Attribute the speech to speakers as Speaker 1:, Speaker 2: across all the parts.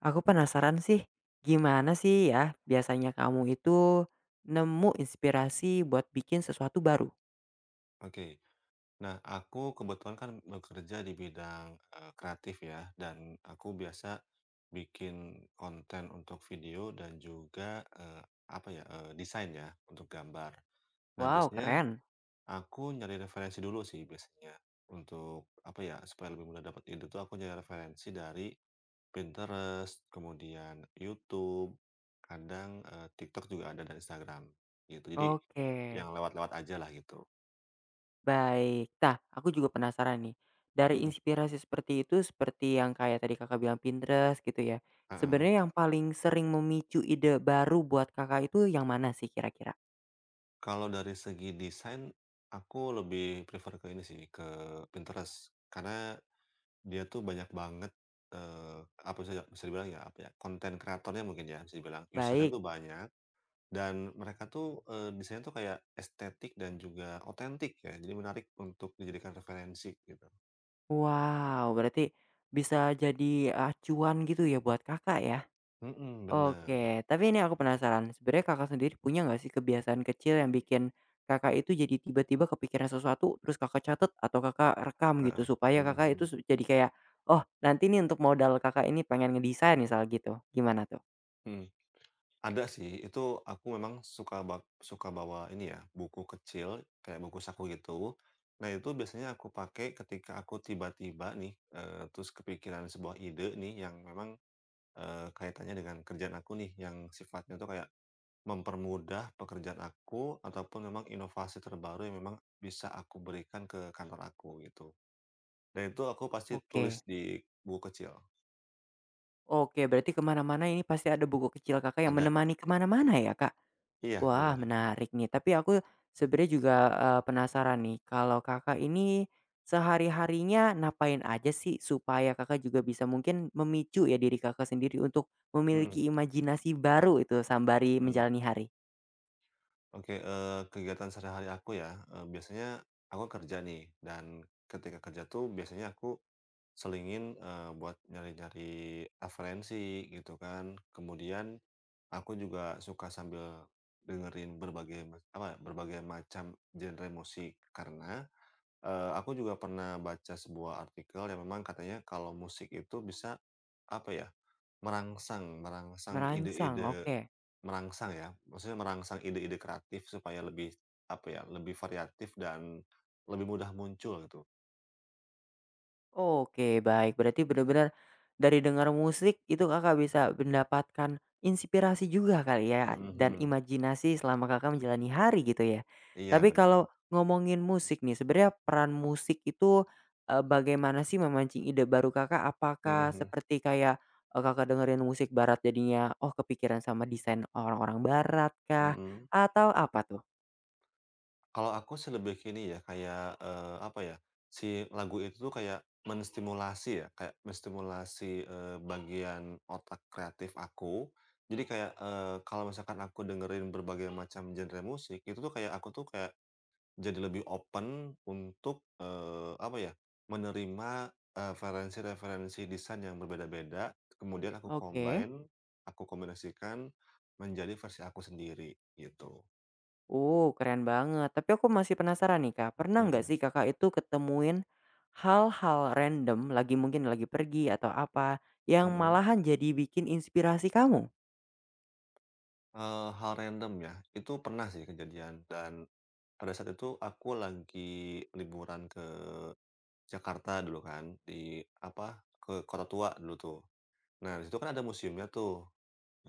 Speaker 1: Aku penasaran sih, gimana sih ya biasanya kamu itu nemu inspirasi buat bikin sesuatu baru?
Speaker 2: Oke. Nah, aku kebetulan kan bekerja di bidang, kreatif ya, dan aku biasa bikin konten untuk video dan juga, apa ya, desain ya, untuk gambar. Nah,
Speaker 1: Wow,
Speaker 2: biasanya
Speaker 1: keren.
Speaker 2: aku nyari referensi dulu sih biasanya, untuk apa ya, supaya lebih mudah dapat ide tuh aku nyari referensi dari Pinterest, kemudian YouTube, kadang, TikTok juga ada dan Instagram, gitu. Jadi,
Speaker 1: Oke,
Speaker 2: yang lewat-lewat aja lah gitu.
Speaker 1: baik. Nah, aku juga penasaran nih. Dari
Speaker 2: Mhm,
Speaker 1: inspirasi seperti itu, seperti yang kayak tadi kakak bilang Pinterest gitu ya.
Speaker 2: heeh.
Speaker 1: Sebenarnya yang paling sering memicu ide baru buat kakak itu yang mana sih kira-kira?
Speaker 2: Kalau dari segi desain, aku lebih prefer ke ini sih, ke Pinterest. Karena dia tuh banyak banget, eee, apa bisa bisa dibilang ya, apa ya, konten kreatornya mungkin ya bisa dibilang, usernya
Speaker 1: Baik.
Speaker 2: tuh banyak dan mereka tuh, desainnya tuh kayak estetik dan juga otentik ya, jadi menarik untuk dijadikan referensi gitu.
Speaker 1: Wow, berarti bisa jadi acuan gitu ya buat kakak ya.
Speaker 2: Mhm, bener.
Speaker 1: Oke, tapi ini aku penasaran, sebenarnya Kakak sendiri punya nggak sih kebiasaan kecil yang bikin Kakak itu jadi tiba-tiba kepikiran sesuatu, terus Kakak catat atau Kakak rekam
Speaker 2: Heeh.
Speaker 1: gitu, supaya
Speaker 2: Mhm
Speaker 1: Kakak
Speaker 2: mhm.
Speaker 1: itu su jadi kayak, "Oh, nanti nih untuk modal Kakak ini pengen ngedesain," misal gitu, gimana tuh?
Speaker 2: Mhm. Ada sih, itu aku memang suka bawa ini ya, buku kecil, kayak buku saku gitu. Nah, itu biasanya aku pakai ketika aku tiba-tiba nih, terus kepikiran sebuah ide nih yang memang, kaitannya dengan kerjaan aku nih, yang sifatnya tuh kayak mempermudah pekerjaan aku, ataupun memang inovasi terbaru yang memang bisa aku berikan ke kantor aku, gitu. Dan itu aku pasti tulis
Speaker 1: Oke,
Speaker 2: di buku kecil.
Speaker 1: oke berarti kemana mana ini pasti ada buku kecil Kakak yang
Speaker 2: Ada.
Speaker 1: menemani kemana mana ya, Kak?
Speaker 2: Iya,
Speaker 1: Wah,
Speaker 2: bener.
Speaker 1: menarik nih. Tapi aku sebenarnya juga, penasaran nih, kalau Kakak ini sehari-harinya ngapain aja sih supaya Kakak juga bisa mungkin memicu ya diri Kakak sendiri untuk
Speaker 2: Mhm.
Speaker 1: memiliki imajinasi baru itu sembari menjalani hari?
Speaker 2: Oke, kegiatan sehari-hari aku ya, biasanya aku kerja nih dan ketika kerja tuh biasanya aku selingin, buat nyari-nyari referensi gitu kan. Kemudian aku juga suka sambil dengerin berbagai macam genre musik karena, aku juga pernah baca sebuah artikel yang memang katanya kalau musik itu bisa apa ya, merangsang merangsang
Speaker 1: Merancang,
Speaker 2: ide-ide.
Speaker 1: oke.
Speaker 2: Merangsang ya, maksudnya merangsang ide-ide kreatif supaya lebih, apa ya, lebih variatif dan lebih mudah muncul gitu.
Speaker 1: Oke baik, berarti benar-benar dari dengar musik itu Kakak bisa mendapatkan inspirasi juga kali ya
Speaker 2: Mhm,
Speaker 1: dan
Speaker 2: hmm.
Speaker 1: imajinasi selama Kakak menjalani hari gitu ya.
Speaker 2: Iya
Speaker 1: Tapi
Speaker 2: benar.
Speaker 1: kalau ngomongin musik nih sebenarnya peran musik itu, bagaimana sih memancing ide baru Kakak? Apakah
Speaker 2: Mhm,
Speaker 1: seperti kayak, Kakak dengerin musik barat jadinya, oh kepikiran sama desain orang-orang barat
Speaker 2: hmm,
Speaker 1: kah?
Speaker 2: mhm.
Speaker 1: Atau apa tuh?
Speaker 2: Kalau aku sih lebih ke ini ya, kayak, apa ya, si lagu itu tuh kayak menstimulasi ya, kayak menstimulasi, bagian otak kreatif aku. Jadi kayak, kalau misalkan aku dengerin berbagai macam genre musik, itu tuh kayak aku tuh kayak jadi lebih open untuk, apa ya, menerima eh, referensi-referensi desain yang berbeda-beda, kemudian aku
Speaker 1: Oke.
Speaker 2: combine, aku kombinasikan menjadi versi aku sendiri gitu.
Speaker 1: Keren banget. Tapi aku masih penasaran nih Kak, pernah
Speaker 2: Mhm
Speaker 1: nggak
Speaker 2: mhm.
Speaker 1: sih Kakak itu ketemuin hal-hal random, lagi mungkin lagi pergi atau apa, yang
Speaker 2: Oke.
Speaker 1: malahan jadi bikin inspirasi kamu?
Speaker 2: Hal random ya, itu pernah sih kejadian dan pada saat itu aku lagi liburan ke Jakarta dulu kan, di apa, ke Kota Tua dulu tuh. Nah, di situ kan ada museumnya tuh.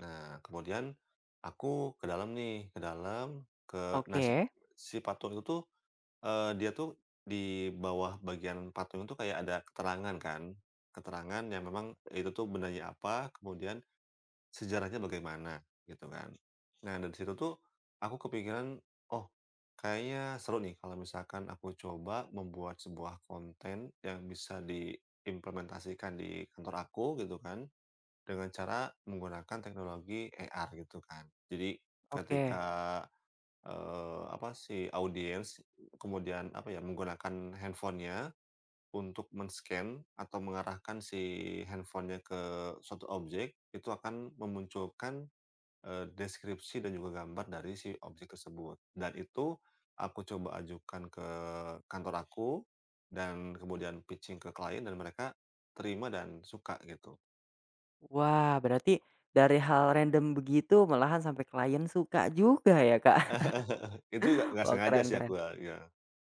Speaker 2: Nah, kemudian aku ke dalam nih, ke dalam, ke nah si
Speaker 1: Oke,
Speaker 2: si patung itu tuh, dia tuh di bawah bagian patung itu kayak ada keterangan kan, keterangan yang memang itu tuh bendanya apa, kemudian sejarahnya bagaimana, gitu kan. Nah, dari situ tuh aku kepikiran, "Oh, kayaknya seru nih kalau misalkan aku coba membuat sebuah konten yang bisa diimplementasikan di kantor aku," gitu kan. Dengan cara menggunakan teknologi AR gitu kan. Jadi
Speaker 1: oke.
Speaker 2: ketika, apa si audiens kemudian apa ya, menggunakan handphonenya untuk men-scan atau mengarahkan si handphonenya ke suatu objek, itu akan memunculkan, deskripsi dan juga gambar dari si objek tersebut. Dan itu aku coba ajukan ke kantor aku dan kemudian pitching ke klien dan mereka terima dan suka gitu.
Speaker 1: Wah, berarti dari hal random begitu malahan sampai klien suka juga ya Kak?
Speaker 2: Itu nggak nggak
Speaker 1: Wah,
Speaker 2: sengaja
Speaker 1: keren
Speaker 2: sih aku,
Speaker 1: keren.
Speaker 2: eh, ya, iya.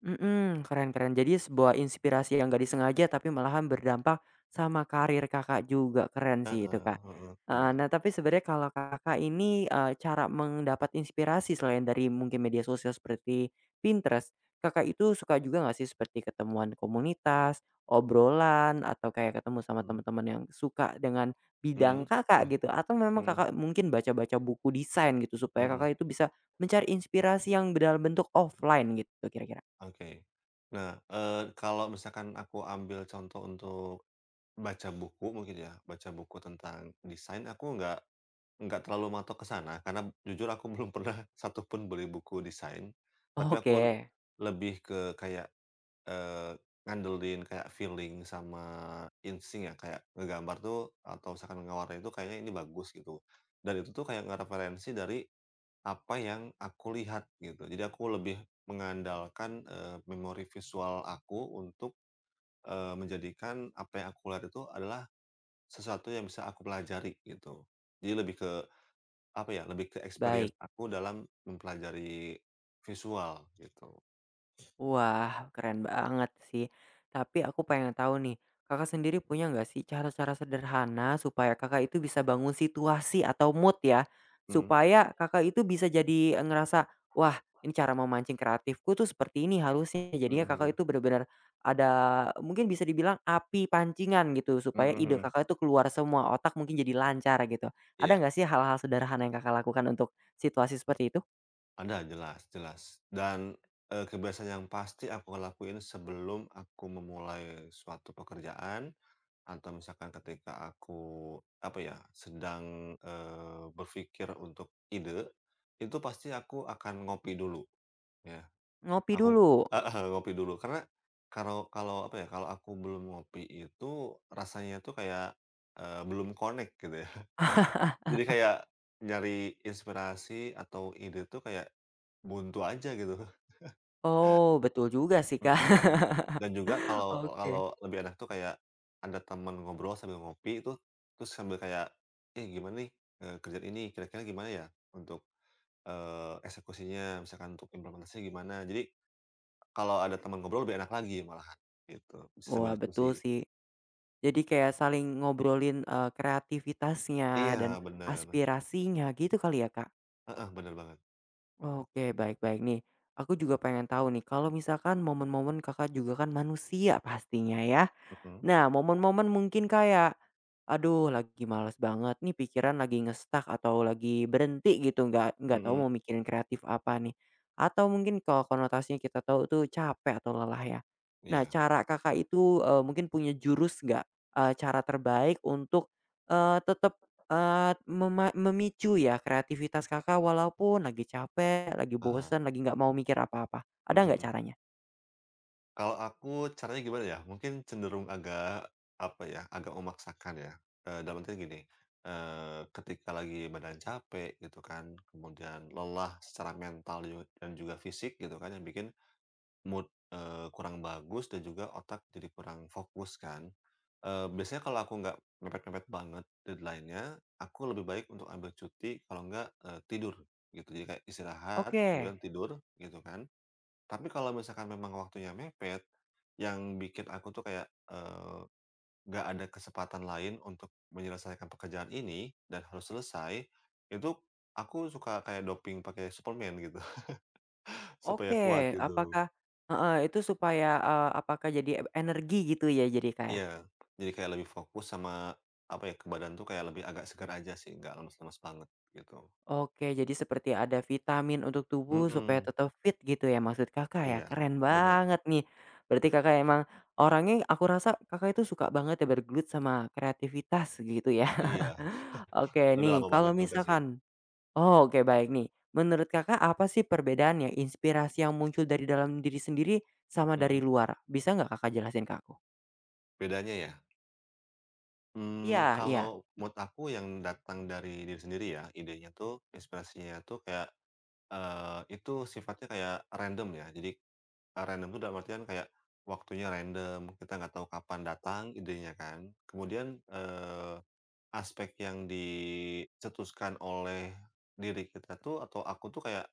Speaker 1: Mhm, keren keren. Jadi sebuah inspirasi yang nggak disengaja tapi malahan berdampak sama karir Kakak juga, keren
Speaker 2: Heeh
Speaker 1: sih itu, Kak.
Speaker 2: heeh,
Speaker 1: Heeh,
Speaker 2: bener.
Speaker 1: nah tapi sebenarnya kalau Kakak ini, cara mendapat inspirasi selain dari mungkin media sosial seperti Pinterest, Kakak itu suka juga nggak sih seperti ketemuan komunitas, obrolan, atau kayak ketemu sama
Speaker 2: Mhm.
Speaker 1: teman-teman yang suka dengan bidang
Speaker 2: Mhm
Speaker 1: Kakak gitu? Atau memang
Speaker 2: mhm
Speaker 1: Kakak mungkin baca-baca buku desain gitu supaya
Speaker 2: mhm.
Speaker 1: Kakak itu bisa mencari inspirasi yang dalam bentuk offline gitu kira-kira?
Speaker 2: Oke. Nah, kalau misalkan aku ambil contoh untuk baca buku mungkin ya, baca buku tentang desain, aku nggak terlalu matok ke sana, karena jujur aku belum pernah satu pun beli buku desain. Tapi aku
Speaker 1: Oke,
Speaker 2: lebih ke kayak ngandelin kayak feeling sama insting ya, kayak ngegambar tuh atau misalkan ngewarnain itu kayaknya ini bagus gitu. Dan itu tuh kayak ngereferensi dari apa yang aku lihat gitu. Jadi aku lebih mengandalkan, memori visual aku untuk, menjadikan apa yang aku lihat itu adalah sesuatu yang bisa aku pelajari gitu. Jadi lebih ke apa ya, lebih ke experience
Speaker 1: baik.
Speaker 2: aku dalam mempelajari visual gitu.
Speaker 1: Wah, keren banget sih. Tapi aku pengen tahu nih, Kakak sendiri punya nggak sih cara-cara sederhana supaya Kakak itu bisa bangun situasi atau mood ya,
Speaker 2: Mhm,
Speaker 1: supaya Kakak itu bisa jadi, e, ngerasa, "Wah, ini cara memancing kreatifku tuh seperti ini harusnya."
Speaker 2: mhm
Speaker 1: Jadinya Kakak
Speaker 2: mhm,
Speaker 1: itu benar-benar ada mungkin bisa dibilang api pancingan gitu,
Speaker 2: mhm
Speaker 1: supaya ide
Speaker 2: mhm,
Speaker 1: Kakak itu keluar semua, otak mungkin jadi lancar gitu. Ada
Speaker 2: iya.
Speaker 1: nggak sih hal-hal sederhana yang Kakak lakukan untuk situasi seperti itu?
Speaker 2: Ada, jelas jelas. Dan, kebiasaan yang pasti aku lakuin sebelum aku memulai suatu pekerjaan, atau misalkan ketika aku, apa ya, sedang, berpikir untuk ide, itu pasti aku akan ngopi dulu, ya.
Speaker 1: Ngopi
Speaker 2: Aku
Speaker 1: dulu.
Speaker 2: heeh, ngopi dulu. Karena kalau kalau, apa ya, kalau aku belum ngopi itu rasanya tuh kayak, belum connect gitu ya. Jadi kayak nyari inspirasi atau ide tuh kayak buntu aja gitu.
Speaker 1: Oh, betul juga sih, Kak.
Speaker 2: Mhm, dan juga kalau kalau
Speaker 1: Oke.
Speaker 2: lebih enak tuh kayak ada teman ngobrol sambil ngopi itu, terus sambil kayak, "Eh, gimana nih, kerjaan ini kira-kira gimana ya untuk, eksekusinya?" Misalkan untuk implementasinya gimana. Jadi kalau ada teman ngobrol lebih enak lagi malahan, gitu. Bisa sambil
Speaker 1: Wah, betul
Speaker 2: diskusi.
Speaker 1: sih. Jadi kayak saling ngobrolin, kreativitasnya dan
Speaker 2: Iya bener,
Speaker 1: aspirasinya gitu kali ya, Kak?
Speaker 2: heeh, bener banget.
Speaker 1: Oke, baik baik nih. Aku juga pengen tahu nih, kalau misalkan momen-momen Kakak juga kan manusia pastinya ya.
Speaker 2: Mhm,
Speaker 1: Nah, momen-momen mungkin kayak, aduh lagi males banget nih pikiran lagi ngestak atau lagi berhenti gitu, nggak tahu
Speaker 2: mhm,
Speaker 1: mau mikirin kreatif apa nih. Atau mungkin kalau konotasinya kita tahu tuh capek atau lelah ya. Nah,
Speaker 2: iya,
Speaker 1: cara Kakak itu, mungkin punya jurus nggak? Cara terbaik untuk, tetap, mema memicu ya kreativitas Kakak walaupun lagi capek, lagi
Speaker 2: heeh,
Speaker 1: bosen, lagi nggak mau mikir apa-apa. Ada
Speaker 2: mhm
Speaker 1: nggak
Speaker 2: mhm.
Speaker 1: caranya?
Speaker 2: Kalau aku caranya gimana ya, mungkin cenderung agak, apa ya, agak memaksakan ya, dalam artian gini, ketika lagi badan capek gitu kan, kemudian lelah secara mental dan juga fisik gitu kan yang bikin mood, kurang bagus dan juga otak jadi kurang fokus kan. Biasanya kalau aku nggak mepet-mepet banget deadline-nya, aku lebih baik untuk ambil cuti kalau nggak, tidur gitu. Jadi kayak istirahat
Speaker 1: Oke.
Speaker 2: kemudian tidur gitu kan. Tapi kalau misalkan memang waktunya mepet, yang bikin aku tuh kayak, nggak ada kesempatan lain untuk menyelesaikan pekerjaan ini dan harus selesai, itu aku suka kayak doping pakai suplemen gitu, supaya
Speaker 1: Oke,
Speaker 2: kuat gitu.
Speaker 1: apakah heeh, itu supaya, apakah jadi energi gitu ya jadi, Kak, ya?
Speaker 2: Iya, jadi kayak lebih fokus sama, apa ya, ke badan tuh kayak lebih agak segar aja sih, nggak lemes-lemes banget gitu.
Speaker 1: Oke, jadi seperti ada vitamin untuk tubuh supaya
Speaker 2: Mhm,
Speaker 1: tetap fit gitu ya maksud Kakak ya?
Speaker 2: iya,
Speaker 1: Keren
Speaker 2: bener.
Speaker 1: banget nih. Berarti Kakak emang orangnya aku rasa Kakak itu suka banget ya bergelut sama kreativitas gitu ya.
Speaker 2: Iya,
Speaker 1: Oke
Speaker 2: udah
Speaker 1: nih,
Speaker 2: lama banget
Speaker 1: kalau
Speaker 2: juga sih.
Speaker 1: misalkan oh, oke baik nih. Menurut Kakak apa sih perbedaannya inspirasi yang muncul dari dalam diri sendiri sama dari
Speaker 2: Mhm,
Speaker 1: luar? Bisa nggak Kakak jelasin ke aku?
Speaker 2: bedanya ya? Mmm,
Speaker 1: Iya iya.
Speaker 2: kalau menurut aku yang datang dari diri sendiri ya, idenya tuh, inspirasinya tuh kayak, itu sifatnya kayak random ya. Jadi, random tuh dalam artian kayak waktunya random, kita nggak tahu kapan datang idenya kan. Kemudian, aspek yang dicetuskan oleh diri kita tuh atau aku tuh kayak,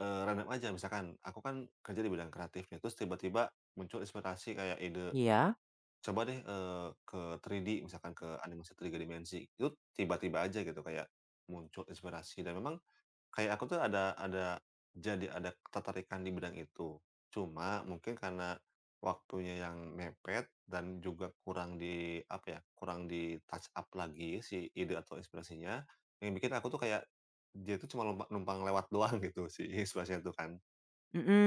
Speaker 2: random aja. Misalkan aku kan kerja di bidang kreatif nih, terus tiba-tiba muncul inspirasi kayak ide
Speaker 1: Iya.
Speaker 2: coba deh, ke 3D misalkan ke animasi 3 dimensi, itu tiba-tiba aja gitu kayak muncul inspirasi dan memang kayak aku tuh ada jadi ada ketertarikan di bidang itu. Cuma mungkin karena waktunya yang mepet dan juga kurang di apa ya, kurang di touch up lagi si ide atau inspirasinya, yang bikin aku tuh kayak dia tuh cuma numpang lewat doang gitu si inspirasinya itu kan.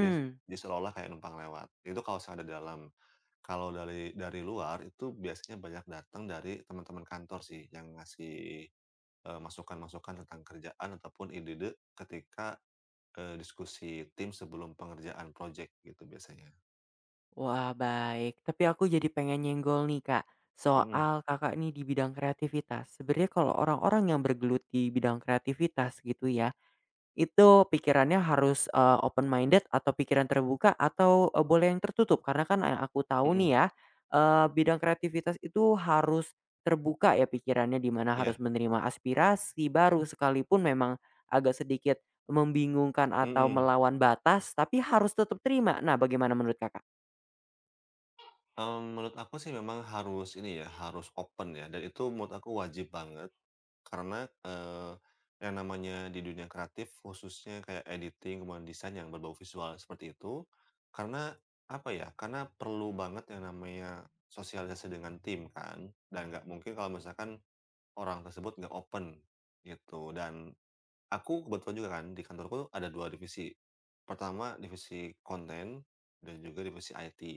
Speaker 2: Jadi jadi seolah-olah kayak numpang lewat. Itu kalau misalnya ada di dalam. Kalau dari luar itu biasanya banyak datang dari teman-teman kantor sih yang ngasih, masukan-masukan tentang kerjaan ataupun ide-ide ketika, diskusi tim sebelum pengerjaan project gitu biasanya.
Speaker 1: Wah, baik. Tapi aku jadi pengen nyenggol nih, Kak,
Speaker 2: Mhm
Speaker 1: soal Kakak nih di bidang kreativitas. Sebenarnya kalau orang-orang yang bergelut di bidang kreativitas gitu ya Itu pikirannya harus, open minded atau pikiran terbuka atau, boleh yang tertutup? Karena kan yang aku tahu
Speaker 2: mhm,
Speaker 1: nih ya, bidang kreativitas itu harus terbuka ya pikirannya, di mana harus
Speaker 2: iya,
Speaker 1: menerima aspirasi baru sekalipun memang agak sedikit membingungkan atau
Speaker 2: mhm.
Speaker 1: melawan batas, tapi harus tetap terima. Nah, bagaimana menurut Kakak?
Speaker 2: Mmm, menurut aku sih memang harus ini ya, harus open ya dan itu menurut aku wajib banget. Karena, yang namanya di dunia kreatif khususnya kayak editing, kemudian desain yang berbau visual seperti itu, karena apa ya, karena perlu banget yang namanya sosialisasi dengan tim kan, dan nggak mungkin kalau misalkan orang tersebut nggak open gitu. Dan aku kebetulan juga kan di kantorku ada 2 divisi. Pertama divisi konten dan juga divisi IT.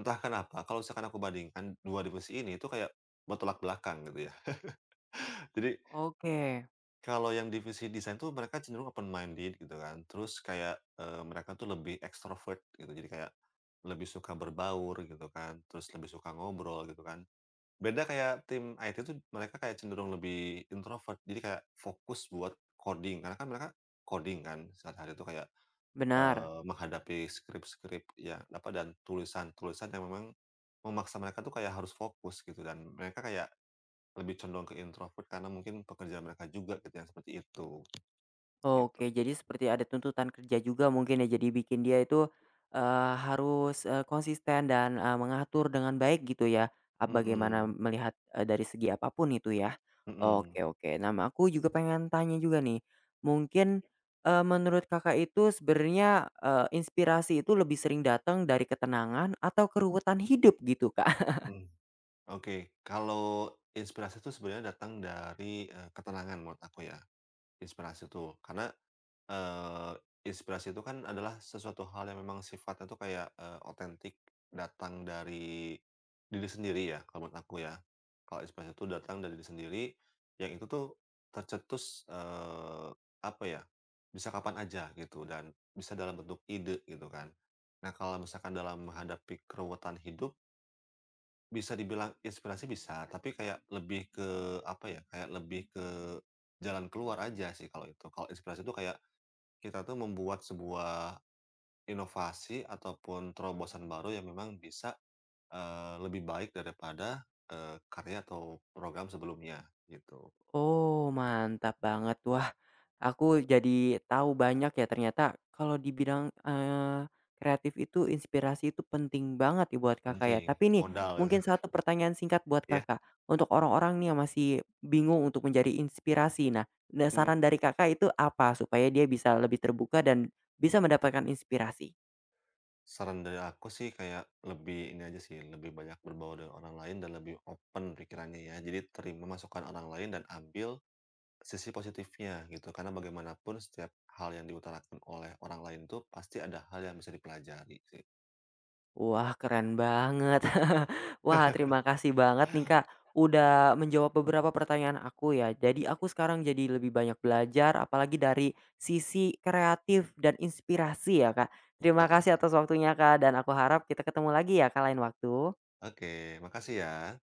Speaker 2: Entah kenapa kalau misalkan aku bandingkan 2 divisi ini itu kayak bertolak belakang gitu ya. Jadi
Speaker 1: Oke,
Speaker 2: kalau yang divisi desain tuh mereka cenderung open-minded gitu kan, terus kayak, mereka tuh lebih extrovert gitu, jadi kayak lebih suka berbaur gitu kan, terus lebih suka ngobrol gitu kan. Beda kayak tim IT tuh mereka kayak cenderung lebih introvert, jadi kayak fokus buat coding, karena kan mereka coding kan sehari-hari tuh kayak,
Speaker 1: benar.
Speaker 2: menghadapi skrip-skrip ya apa, dan tulisan-tulisan yang memang memaksa mereka tuh kayak harus fokus gitu dan mereka kayak lebih condong ke introvert karena mungkin pekerjaan mereka juga gitu yang seperti itu. Gitu.
Speaker 1: Oke, jadi seperti ada tuntutan kerja juga mungkin ya, jadi bikin dia itu, harus, konsisten dan, mengatur dengan baik gitu ya, bagaimana
Speaker 2: Mhm
Speaker 1: melihat, dari segi apapun itu ya.
Speaker 2: mhm,
Speaker 1: Oke oke. Nah, aku juga pengen tanya juga nih, mungkin, menurut Kakak itu sebenarnya, inspirasi itu lebih sering datang dari ketenangan atau keruwetan hidup gitu, Kak?
Speaker 2: mmm, oke. Kalau inspirasi itu sebenarnya datang dari, ketenangan menurut aku ya, inspirasi itu. Karena Eee, inspirasi itu kan adalah sesuatu hal yang memang sifatnya tuh kayak, otentik, datang dari diri sendiri ya, kalau menurut aku ya. Kalau inspirasi itu datang dari diri sendiri, yang itu tuh tercetus, apa ya, bisa kapan aja gitu dan bisa dalam bentuk ide gitu kan. Nah, kalau misalkan dalam menghadapi keruwetan hidup, bisa dibilang inspirasi bisa, tapi kayak lebih ke apa ya, kayak lebih ke jalan keluar aja sih kalau itu. Kalau inspirasi itu kayak kita tuh membuat sebuah inovasi ataupun terobosan baru yang memang bisa, lebih baik daripada, karya atau program sebelumnya gitu.
Speaker 1: Oh, mantap banget. Wah, aku jadi tahu banyak ya ternyata kalau di bidang, kreatif itu inspirasi itu penting banget ya buat
Speaker 2: Iya,
Speaker 1: Kakak ya.
Speaker 2: penting,
Speaker 1: Tapi
Speaker 2: mhm.
Speaker 1: nih,
Speaker 2: Modal itu
Speaker 1: mungkin satu pertanyaan singkat buat
Speaker 2: ya,
Speaker 1: Kakak. Untuk orang-orang nih yang masih bingung untuk menjadi inspirasi, nah nah
Speaker 2: mhm.
Speaker 1: saran dari Kakak itu apa supaya dia bisa lebih terbuka dan bisa mendapatkan inspirasi?
Speaker 2: Saran dari aku sih kayak lebih ini aja sih, lebih banyak berbaur dengan orang lain dan lebih open pikirannya ya. Jadi terima masukan orang lain dan ambil sisi positifnya gitu. Karena bagaimanapun setiap hal yang diutarakan oleh orang lain tuh pasti ada hal yang bisa dipelajari sih.
Speaker 1: Wah, keren banget. Wah, terima kasih banget nih, Kak, udah menjawab beberapa pertanyaan aku ya. Jadi aku sekarang jadi lebih banyak belajar, apalagi dari sisi kreatif dan inspirasi ya, Kak. Terima
Speaker 2: Ah,
Speaker 1: kasih
Speaker 2: ah.
Speaker 1: atas waktunya, Kak, dan aku harap kita ketemu lagi ya, Kak, lain waktu.
Speaker 2: Oke makasih ya.